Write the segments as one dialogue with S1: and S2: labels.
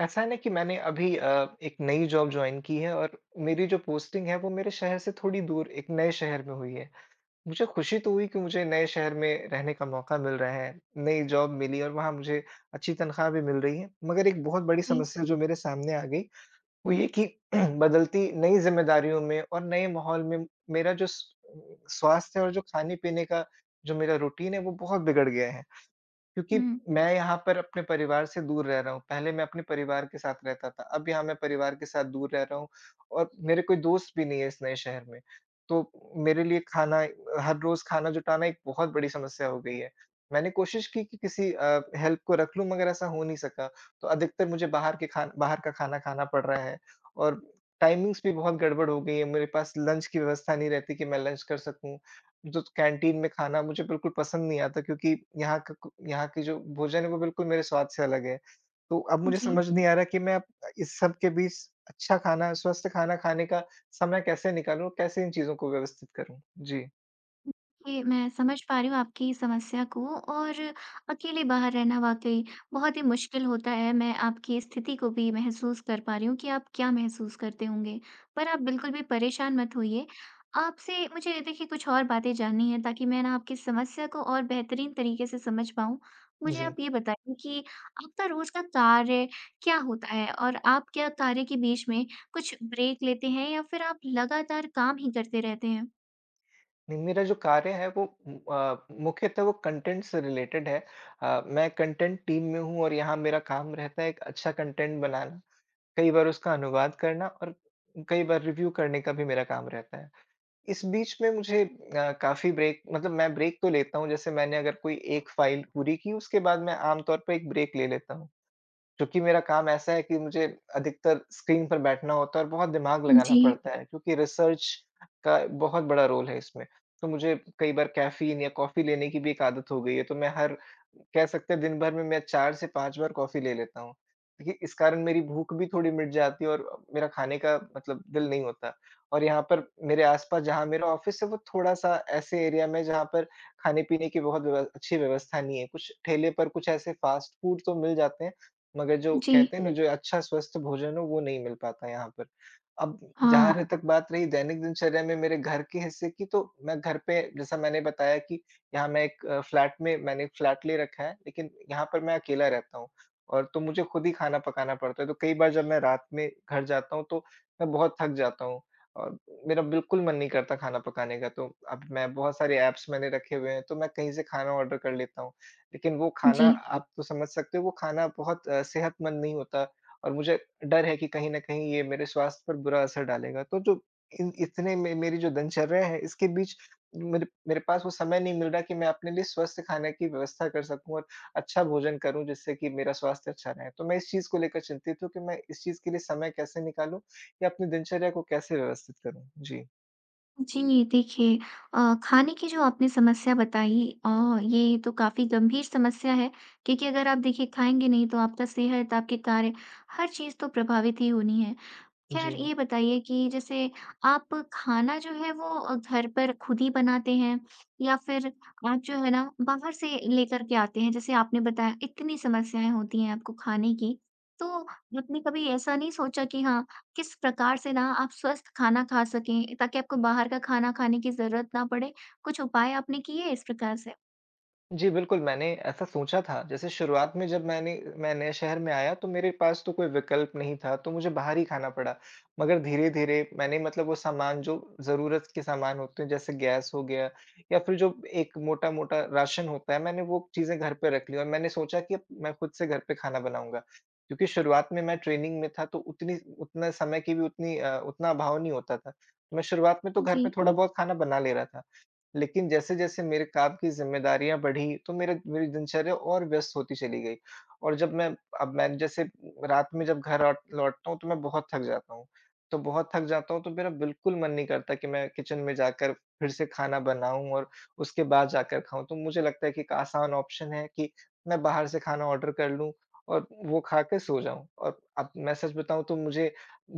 S1: ऐसा है ना कि मैंने अभी एक नई जॉब जॉइन की है और मेरी जो पोस्टिंग है वो मेरे शहर से थोड़ी दूर एक नए शहर में हुई है। मुझे खुशी तो हुई कि मुझे नए शहर में रहने का मौका मिल रहा है, नई जॉब मिली और वहाँ मुझे अच्छी तनख्वाह भी मिल रही है। मगर एक बहुत बड़ी
S2: जी,
S1: समस्या जो मेरे सामने आ गई वो ये कि बदलती नई ज़िम्मेदारियों में और नए माहौल में मेरा जो स स्वास्थ्य और जो खाने-पीने का जो मेरा रूटीन है वो बहुत बिगड़ गया है। क्योंकि
S2: हुँ,
S1: मैं यहाँ पर अपने परिवार से दूर रह रहा हूँ। पहले मैं अपने परिवार के साथ रहता था, अब यहाँ मैं परिवार के साथ दूर रह रहा हूँ और मेरे कोई दोस्त भी नहीं है इस नए शहर में। तो मेरे लिए खाना हर रोज़ खाना जुटाना एक बहुत बड़ी समस्या हो गई है। मैंने कोशिश की कि किसी हेल्प को रख लूँ मगर ऐसा हो नहीं सका। तो अधिकतर मुझे बाहर का खाना खाना पड़ रहा है और टाइमिंग्स भी बहुत गड़बड़ हो गई है। मेरे पास लंच की व्यवस्था नहीं रहती कि मैं लंच कर सकूँ। जो कैंटीन में खाना मुझे बिल्कुल पसंद नहीं आता, क्योंकि यहाँ का कु यहाँ की जो भोजन है वो बिल्कुल मेरे स्वाद से अलग है। तो अब मुझे
S2: जी।
S1: समझ हुँ। नहीं आ रहा कि मैं अब इस सब के बीच अच्छा खाना, स्वस्थ खाना खाने का समय कैसे निकालूँ? कैसे इन चीज़ों को व्यवस्थित करूँ? जी,
S2: देखिए, मैं समझ पा रही हूँ आपकी समस्या को और अकेले बाहर रहना वाक़ई बहुत ही मुश्किल होता है। मैं आपकी स्थिति को भी महसूस कर पा रही हूँ कि आप क्या महसूस करते होंगे। पर आप बिल्कुल भी परेशान मत होइए। आपसे मुझे देखिए कुछ और बातें जाननी हैं ताकि मैं ना आपकी समस्या को और बेहतरीन तरीके से समझ पाऊँ। मुझे
S1: जी।
S2: आप ये बताइए कि आपका रोज़ का कार्य क्या होता है? और आप क्या कार्य के बीच में कुछ ब्रेक लेते हैं या फिर आप लगातार काम ही करते रहते हैं?
S1: नहीं, मेरा जो कार्य है वो मुख्यतः वो कंटेंट से रिलेटेड है। मैं कंटेंट टीम में हूँ और यहाँ मेरा काम रहता है एक अच्छा कंटेंट बनाना, कई बार उसका अनुवाद करना और कई बार रिव्यू करने का भी मेरा काम रहता है। इस बीच में मुझे काफ़ी ब्रेक, मतलब मैं ब्रेक तो लेता हूँ, जैसे मैंने अगर कोई एक फ़ाइल पूरी की, उसके बाद मैं आमतौर पे एक ब्रेक ले लेता हूँ। क्योंकि मेरा काम ऐसा है कि मुझे अधिकतर स्क्रीन पर बैठना होता है और बहुत दिमाग लगाना
S2: जी,
S1: पड़ता है, क्योंकि रिसर्च का बहुत बड़ा रोल है इसमें। तो मुझे कई बार कैफ़ीन या कॉफ़ी लेने की भी एक आदत हो गई है, तो मैं, हर कह सकते हैं, दिन भर में मैं 4 से 5 बार कॉफ़ी ले लेता हूँ। देखिए, इस कारण मेरी भूख भी थोड़ी मिट जाती है और मेरा खाने का, मतलब, दिल नहीं होता। और यहाँ पर मेरे आस-पास जहाँ मेरा ऑफ़िस है वो थोड़ा-सा ऐसे एरिया में है जहाँ पर खाने-पीने की बहुत व्यव अच्छी व्यवस्था नहीं है। कुछ ठेले पर कुछ ऐसे फ़ास्ट फ़ूड तो मिल जाते हैं, मगर जो
S2: जी।
S1: कहते हैं ना, जो अच्छा स्वस्थ भोजन हो वो नहीं मिल पाता यहाँ पर। अब,
S2: हाँ,
S1: जहाँ तक बात रही दैनिक दिनचर्या में मेरे घर के हिस्से की, तो मैं घर पे, जैसा मैंने बताया कि यहाँ मैं एक अ, फ्लैट में मैंने एक फ्लैट ले रखा है, लेकिन यहाँ पर मैं अकेला रहता हूँ और तो मुझे खुद ही खाना पकाना पड़ता है। तो कई बार जब मैं रात में घर जाता हूँ तो मैं बहुत थक जाता हूँ और मेरा बिल्कुल मन नहीं करता खाना पकाने का। तो अब मैं बहुत सारे ऐप्स मैंने रखे हुए हैं, तो मैं कहीं से खाना ऑर्डर कर लेता हूँ। लेकिन वो खाना,
S2: जी।
S1: आप तो समझ सकते हो, वो खाना बहुत सेहतमंद नहीं होता और मुझे डर है कि कहीं न कहीं ये मेरे स्वास्थ्य पर बुरा असर डालेगा। तो जो इन इतने में मेरी जो दिनचर्या है, इसके बीच मेरे मेरे पास वो समय नहीं मिल रहा कि मैं अपने लिए स्वस्थ खाने की व्यवस्था कर सकूँ और अच्छा भोजन करूँ, जिससे कि मेरा स्वास्थ्य अच्छा रहे। तो मैं इस चीज़ को लेकर चिंतित हूँ कि मैं इस चीज़ के लिए समय कैसे निकालूँ या अपनी दिनचर्या को कैसे व्यवस्थित करूँ? जी।
S2: जी, देखिए खाने की जो आपने समस्या बताई ये तो काफ़ी गंभीर समस्या है क्योंकि अगर आप देखिए खाएँगे नहीं तो आपका सेहत, आपके कार्य, हर चीज़ तो प्रभावित ही होनी है।
S1: जी।
S2: खैर ये बताइए कि जैसे आप खाना जो है वो घर पर खुद ही बनाते हैं या फिर आप जो है ना बाहर से लेकर के आते हैं। जैसे आपने बताया, इतनी समस्याएं होती हैं आपको खाने की, तो आपने कभी ऐसा नहीं सोचा कि हाँ, किस प्रकार से ना आप स्वस्थ खाना खा सकें ताकि आपको बाहर का खाना खाने की जरूरत ना पड़े? कुछ उपाय आपने किए इस प्रकार से?
S1: जी, बिल्कुल, मैंने ऐसा सोचा था। जैसे शुरुआत में जब मैं नए शहर में आया, तो मेरे पास तो कोई विकल्प नहीं था, तो मुझे बाहर ही खाना पड़ा। मगर धीरे-धीरे मैंने, मतलब, वो सामान जो ज़रूरत के सामान होते हैं, जैसे गैस हो गया या फिर जो एक मोटा-मोटा राशन होता है, मैंने वो चीज़ें घर पे रख ली और मैंने सोचा कि अब मैं खुद से घर पे खाना बनाऊँगा। क्योंकि शुरुआत में मैं ट्रेनिंग में था, तो उतनी उतना समय की भी उतना अभाव नहीं होता था। तो मैं शुरुआत में तो घर
S2: जी,
S1: पे हुँ। थोड़ा-बहुत खाना बना ले रहा था। लेकिन जैसे-जैसे मेरे काम की ज़िम्मेदारियाँ बढ़ी, तो मेरे मेरी दिनचर्या और व्यस्त होती चली गई। और जब मैं, अब मैं, जैसे रात में जब घर आट लौटता हूँ, तो मैं बहुत थक जाता हूँ। तो बहुत थक जाता हूँ, तो मेरा बिल्कुल मन नहीं करता कि मैं किचन में जाकर फिर से खाना बनाऊँ और उसके बाद जाकर खाऊँ। तो मुझे लगता है कि एक आसान ऑप्शन है कि मैं बाहर से खाना ऑर्डर कर लूँ और वो खाके सो जाऊँ। और अब मैं सच बताऊँ, तो मुझे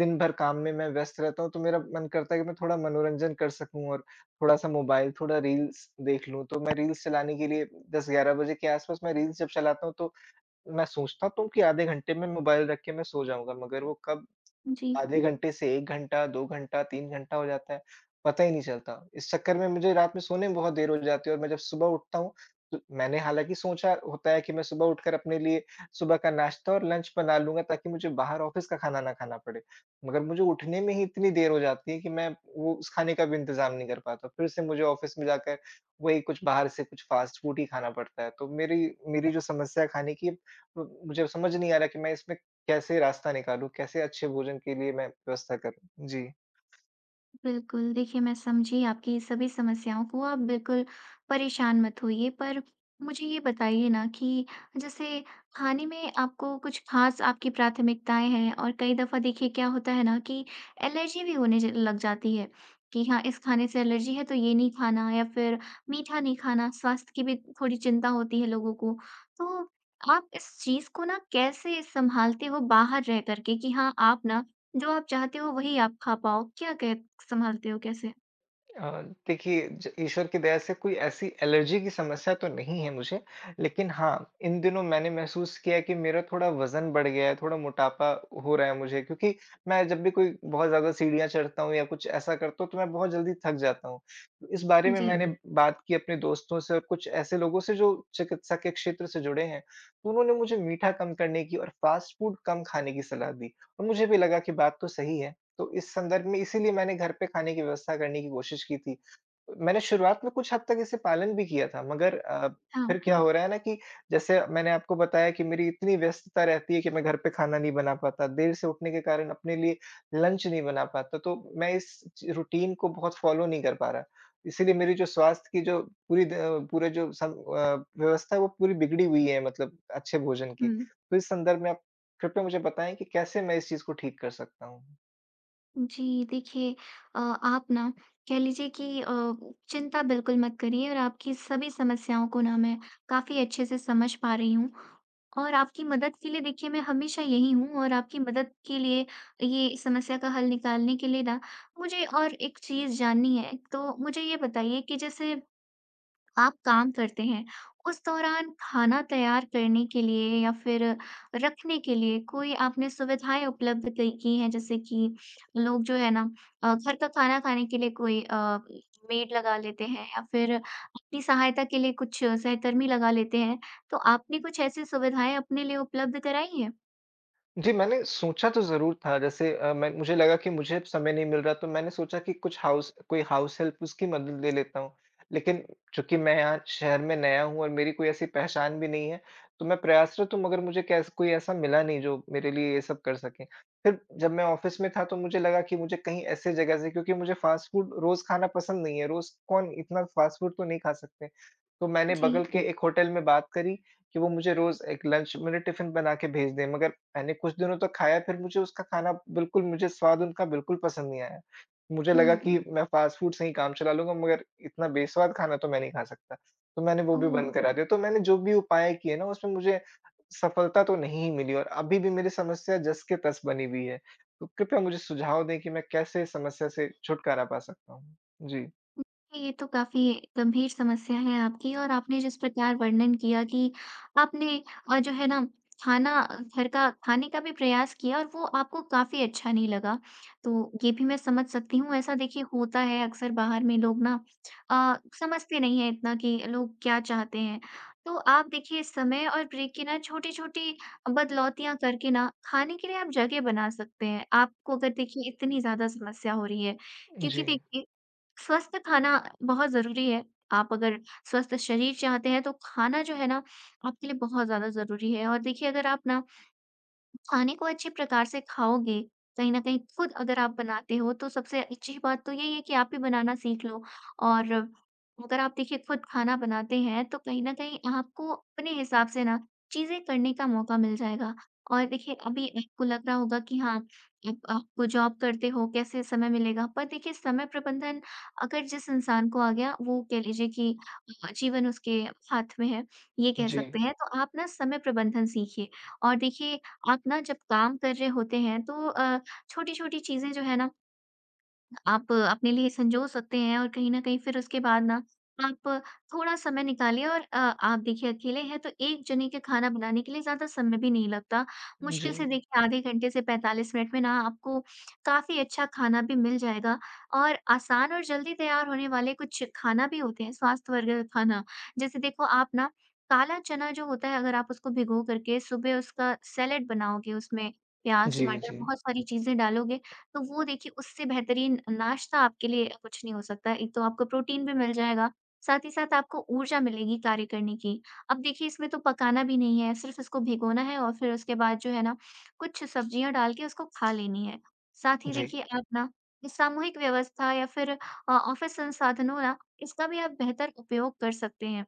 S1: दिन भर काम में मैं व्यस्त रहता हूँ, तो मेरा मन करता है कि मैं थोड़ा मनोरंजन कर सकूँ और थोड़ा-सा मोबाइल, थोड़ा रील्स देख लूँ। तो मैं रील्स चलाने के लिए 10-11 बजे के आस-पास मैं रील्स जब चलाता हूँ, तो मैं सोचता तो हूँ कि आधे घंटे में मोबाइल रख के मैं सो जाऊँगा, मगर वो कब
S2: जी,
S1: आधे घंटे से 1 घंटा, 2 घंटा, 3 घंटा हो जाता है, पता ही नहीं चलता। इस चक्कर में मुझे रात में सोने में बहुत देर हो जाती है और मैं जब सुबह उठता हूँ, तो मैंने हालाँकि सोचा होता है कि मैं सुबह उठकर अपने लिए सुबह का नाश्ता और लंच बना लूँगा ताकि मुझे बाहर ऑफ़िस का खाना ना खाना पड़े। मगर मुझे उठने में ही इतनी देर हो जाती है कि मैं वो उस खाने का भी इंतज़ाम नहीं कर पाता। फिर से मुझे ऑफ़िस में जाकर वही कुछ बाहर से कुछ फ़ास्ट फ़ूड ही खाना पड़ता है। तो मेरी मेरी जो समस्या है खाने की, म मुझे समझ नहीं आ रहा कि मैं इसमें कैसे रास्ता निकालूँ? कैसे अच्छे भोजन के लिए मैं व्यवस्था करूँ? जी।
S2: बिल्कुल, देखिए मैं समझी आपकी सभी समस्याओं को, आप बिल्कुल परेशान मत होइए। पर मुझे ये बताइए ना कि जैसे खाने में आपको कुछ ख़ास आपकी प्राथमिकताएँ हैं। और कई दफ़ा देखिए क्या होता है ना कि एलर्जी भी होने ज लग जाती है कि हाँ, इस खाने से एलर्जी है तो ये नहीं खाना या फिर मीठा नहीं खाना, स्वास्थ्य की भी थोड़ी चिंता होती है लोगों को। तो आप इस चीज़ को ना कैसे सँभालते हो बाहर रह कर के कि हाँ, आप ना जो आप चाहते हो वही आप खा पाओ, क्या कह सँभालते हो कैसे?
S1: अ, देखिए, ज ईश्वर की दया से कोई ऐसी एलर्जी की समस्या तो नहीं है मुझे, लेकिन हाँ, इन दिनों मैंने महसूस किया है कि मेरा थोड़ा वज़न बढ़ गया है, थोड़ा मोटापा हो रहा है मुझे, क्योंकि मैं जब भी कोई बहुत ज़्यादा सीढ़ियाँ चढ़ता हूँ या कुछ ऐसा करता हूँ, तो मैं बहुत जल्दी थक जाता हूँ। तो इस बारे में
S2: जी,
S1: मैंने बात की अपने दोस्तों से और कुछ ऐसे लोगों से जो चिकित्सा के क्षेत्र से जुड़े हैं, तो उन्होंने मुझे मीठा कम करने की और फ़ास्ट फ़ूड कम खाने की सलाह दी और मुझे भी लगा कि बात तो सही है। तो इस संदर्भ में इसीलिए मैंने घर पे खाने की व्यवस्था करने की कोशिश की थी। मैंने शुरुआत में कुछ हद तक इसे पालन भी किया था, मगर
S2: हाँ,
S1: फिर क्या हो रहा है ना कि, जैसे मैंने आपको बताया कि मेरी इतनी व्यस्तता रहती है कि मैं घर पे खाना नहीं बना पाता, देर से उठने के कारण अपने लिए लंच नहीं बना पाता, तो मैं इस च रूटीन को बहुत फ़ॉलो नहीं कर पा रहा। इसीलिए मेरी जो स्वास्थ्य की, जो पूरी द पूरे जो व्यवस्था है वो पूरी बिगड़ी हुई है, मतलब अच्छे भोजन की।
S2: हुँ।
S1: तो इस संदर्भ में आप कृपया मुझे बताएँ कि कैसे मैं इस चीज़ को ठीक कर सकता हूँ?
S2: जी, देखिए आप ना कह लीजिए कि चिंता बिल्कुल मत करिए और आपकी सभी समस्याओं को ना मैं काफ़ी अच्छे से समझ पा रही हूँ और आपकी मदद के लिए देखिए मैं हमेशा यही हूँ। और आपकी मदद के लिए, ये समस्या का हल निकालने के लिए ना, मुझे और एक चीज़ जाननी है। तो मुझे ये बताइए कि जैसे आप काम करते हैं, उस दौरान खाना तैयार करने के लिए या फिर रखने के लिए कोई आपने सुविधाएँ उपलब्ध कई की हैं? जैसे कि लोग जो है ना घर का खाना खाने के लिए कोई मेड लगा लेते हैं या फिर अपनी सहायता के लिए कुछ सहकर्मी लगा लेते हैं। तो आपने कुछ ऐसी सुविधाएँ अपने लिए उपलब्ध कराई हैं?
S1: जी, मैंने सोचा तो ज़रूर था। जैसे मैं मुझे लगा कि मुझे अब समय नहीं मिल रहा, तो मैंने सोचा कि कुछ हाउस कोई हाउस हेल्प उसकी मदद ले लेता हूँ। लेकिन चूँकि मैं यहाँ शहर में नया हूँ और मेरी कोई ऐसी पहचान भी नहीं है, तो मैं प्रयासरत हूँ, मगर मुझे कैस कोई ऐसा मिला नहीं जो मेरे लिए ये सब कर सके। फिर जब मैं ऑफ़िस में था तो मुझे लगा कि मुझे कहीं ऐसे जगह से, क्योंकि मुझे फ़ास्ट फूड रोज़ खाना पसंद नहीं है, रोज़ कौन इतना फ़ास्ट फूड तो नहीं खा सकते। तो मैंने
S2: जी।
S1: बगल के एक होटल में बात करी कि वो मुझे रोज़ एक लंच मेरे टिफ़िन बना के भेज दें, मगर मैंने कुछ दिनों तक खाया, फिर मुझे स्वाद उनका बिल्कुल पसंद नहीं आया। मुझे लगा
S2: हुँ।
S1: कि मैं फ़ास्ट फ़ूड से ही काम चला लूँगा, मगर इतना बेस्वाद खाना तो मैं नहीं खा सकता। तो मैंने वो भी
S2: ओह!
S1: बंद करा दिया। तो मैंने जो भी उपाय किए ना, उसमें मुझे सफलता तो नहीं मिली और अभी भी मेरी समस्या जस के तस बनी हुई है। तो कृपया मुझे सुझाव दें कि मैं कैसे इस समस्या से छुटकारा पा सकता हूँ? जी।
S2: ये तो काफ़ी गंभीर समस्या है आपकी। और आपने जिस प्रकार वर्णन किया कि आपने जो है ना खाना घर का खाने का भी प्रयास किया और वो आपको काफ़ी अच्छा नहीं लगा। तो ये भी मैं समझ सकती हूँ, ऐसा देखिए होता है अक्सर बाहर में लोग ना समझते नहीं हैं इतना कि लोग क्या चाहते हैं। तो आप देखिए समय और ब्रेक की ना छोटी-छोटी बदलौतियाँ करके ना खाने के लिए आप जगह बना सकते हैं, आपको अगर देखिए इतनी ज़्यादा समस्या हो रही है। क्योंकि
S1: जी।
S2: देखिए स्वस्थ खाना बहुत ज़रूरी है। आप अगर स्वस्थ शरीर चाहते हैं तो खाना जो है ना आपके लिए बहुत ज़्यादा ज़रूरी है। और देखिए अगर आप ना खाने को अच्छे प्रकार से खाओगे, कहीं न कहीं खुद अगर आप बनाते हो, तो सबसे अच्छी बात तो यही है कि आप भी बनाना सीख लो। और अगर आप देखिए खुद खाना बनाते हैं, तो कहीं न कहीं आपको अपने हिसाब से ना चीज़ें करने का मौका मिल जाएगा। और देखिए अभी आपको लग रहा होगा कि हाँ, आप आपको जॉब करते हो, कैसे समय मिलेगा? पर देखिए समय प्रबंधन अगर जिस इंसान को आ गया, वो कह लीजिए कि जीवन उसके हाथ में है, ये कह
S1: जी।
S2: सकते हैं। तो आप ना समय प्रबंधन सीखिए। और देखिए आप ना जब काम कर रहे होते हैं तो छोटी-छोटी चीज़ें जो है ना आप अपने लिए सँजो सकते हैं। और कहीं न कहीं फिर उसके बाद ना आप थोड़ा समय निकालिए और आप देखिए अकेले हैं तो 1 जने के खाना बनाने के लिए ज़्यादा समय भी नहीं लगता। मुश्किल से
S1: जी।
S2: देखिए आधे घंटे से 45 मिनट में ना आपको काफ़ी अच्छा खाना भी मिल जाएगा और आसान और जल्दी तैयार होने वाले कुछ खाना भी होते हैं स्वास्थ्य वर्ग खाना। जैसे देखो आप ना काला चना जो होता है अगर आप उसको भिगो करके सुबह उसका सैलेड बनाओगे, उसमें प्याज़,
S1: जी,
S2: टमाटर
S1: जी।
S2: बहुत सारी चीज़ें डालोगे, तो वो देखिए उससे बेहतरीन नाश्ता आपके लिए कुछ नहीं हो सकता। एक तो आपको प्रोटीन भी मिल जाएगा, साथ ही साथ आपको ऊर्जा मिलेगी कार्य करने की। अब देखिए इसमें तो पकाना भी नहीं है, सिर्फ़ इसको भिगोना है और फिर उसके बाद जो है ना कुछ सब्जियाँ डाल के उसको खा लेनी है। साथ ही
S1: जी। जी।
S2: देखिए आप ना इस सामूहिक व्यवस्था या फिर ऑफ़िस संसाधनों ना इसका भी आप बेहतर उपयोग कर सकते हैं।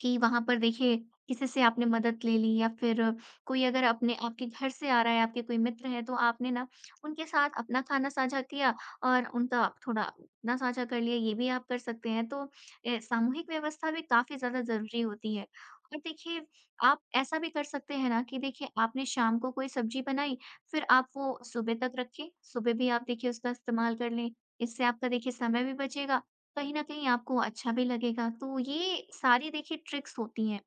S2: कि वहाँ पर देखिए किसी से आपने मदद ले ली या फिर कोई अगर अपने आपके घर से आ रहा है, आपके कोई मित्र हैं तो आपने ना उनके साथ अपना खाना साझा किया और उनका आप थोड़ा अपना साझा कर लिया, ये भी आप कर सकते हैं। तो सामूहिक व्यवस्था भी काफ़ी ज़्यादा ज़रूरी होती है। और देखिए आप ऐसा भी कर सकते हैं ना कि देखिए आपने शाम को कोई सब्ज़ी बनाई, फिर आप वो सुबह तक रखें, सुबह भी आप देखिए उसका इस्तेमाल कर लें। इससे आपका देखिए समय भी बचेगा, कहीं न कहीं आपको अच्छा भी लगेगा। तो ये सारी देखिए ट्रिक्स होती हैं।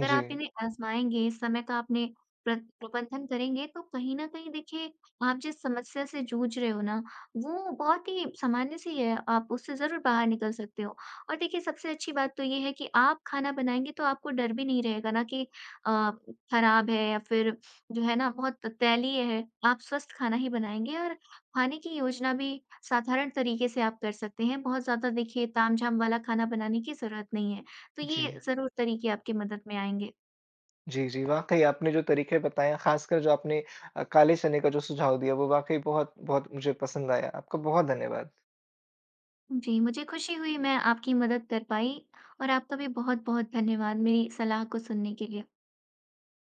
S2: अगर
S1: जी।
S2: आप इन्हें आज़माएँगे, समय का आपने प्रबंधन करेंगे तो कहीं न कहीं देखिए आप जिस समस्या से जूझ रहे हो ना, वो बहुत ही सामान्य सी है, आप उससे ज़रूर बाहर निकल सकते हो। और देखिए सबसे अच्छी बात तो ये है कि आप खाना बनाएँगे तो आपको डर भी नहीं रहेगा ना कि अ, खराब है या फिर जो है ना बहुत तैलीय है, आप स्वस्थ खाना ही बनाएँगे और खाने की योजना भी साधारण तरीके से आप कर सकते हैं। बहुत ज़्यादा देखिए तामझाम वाला खाना बनाने की ज़रूरत नहीं है। तो
S1: जी,
S2: ये ज़रूर तरीके आपकी मदद में आएँगे।
S1: जी, जी, वाक़ई आपने जो तरीके बताए, ख़ासकर जो आपने काले चने का जो सुझाव दिया, वो वाक़ई बहुत-बहुत मुझे पसंद आया। आपका बहुत धन्यवाद।
S2: जी, मुझे खुशी हुई मैं आपकी मदद कर पाई और आपका भी बहुत-बहुत धन्यवाद मेरी सलाह को सुनने के लिए।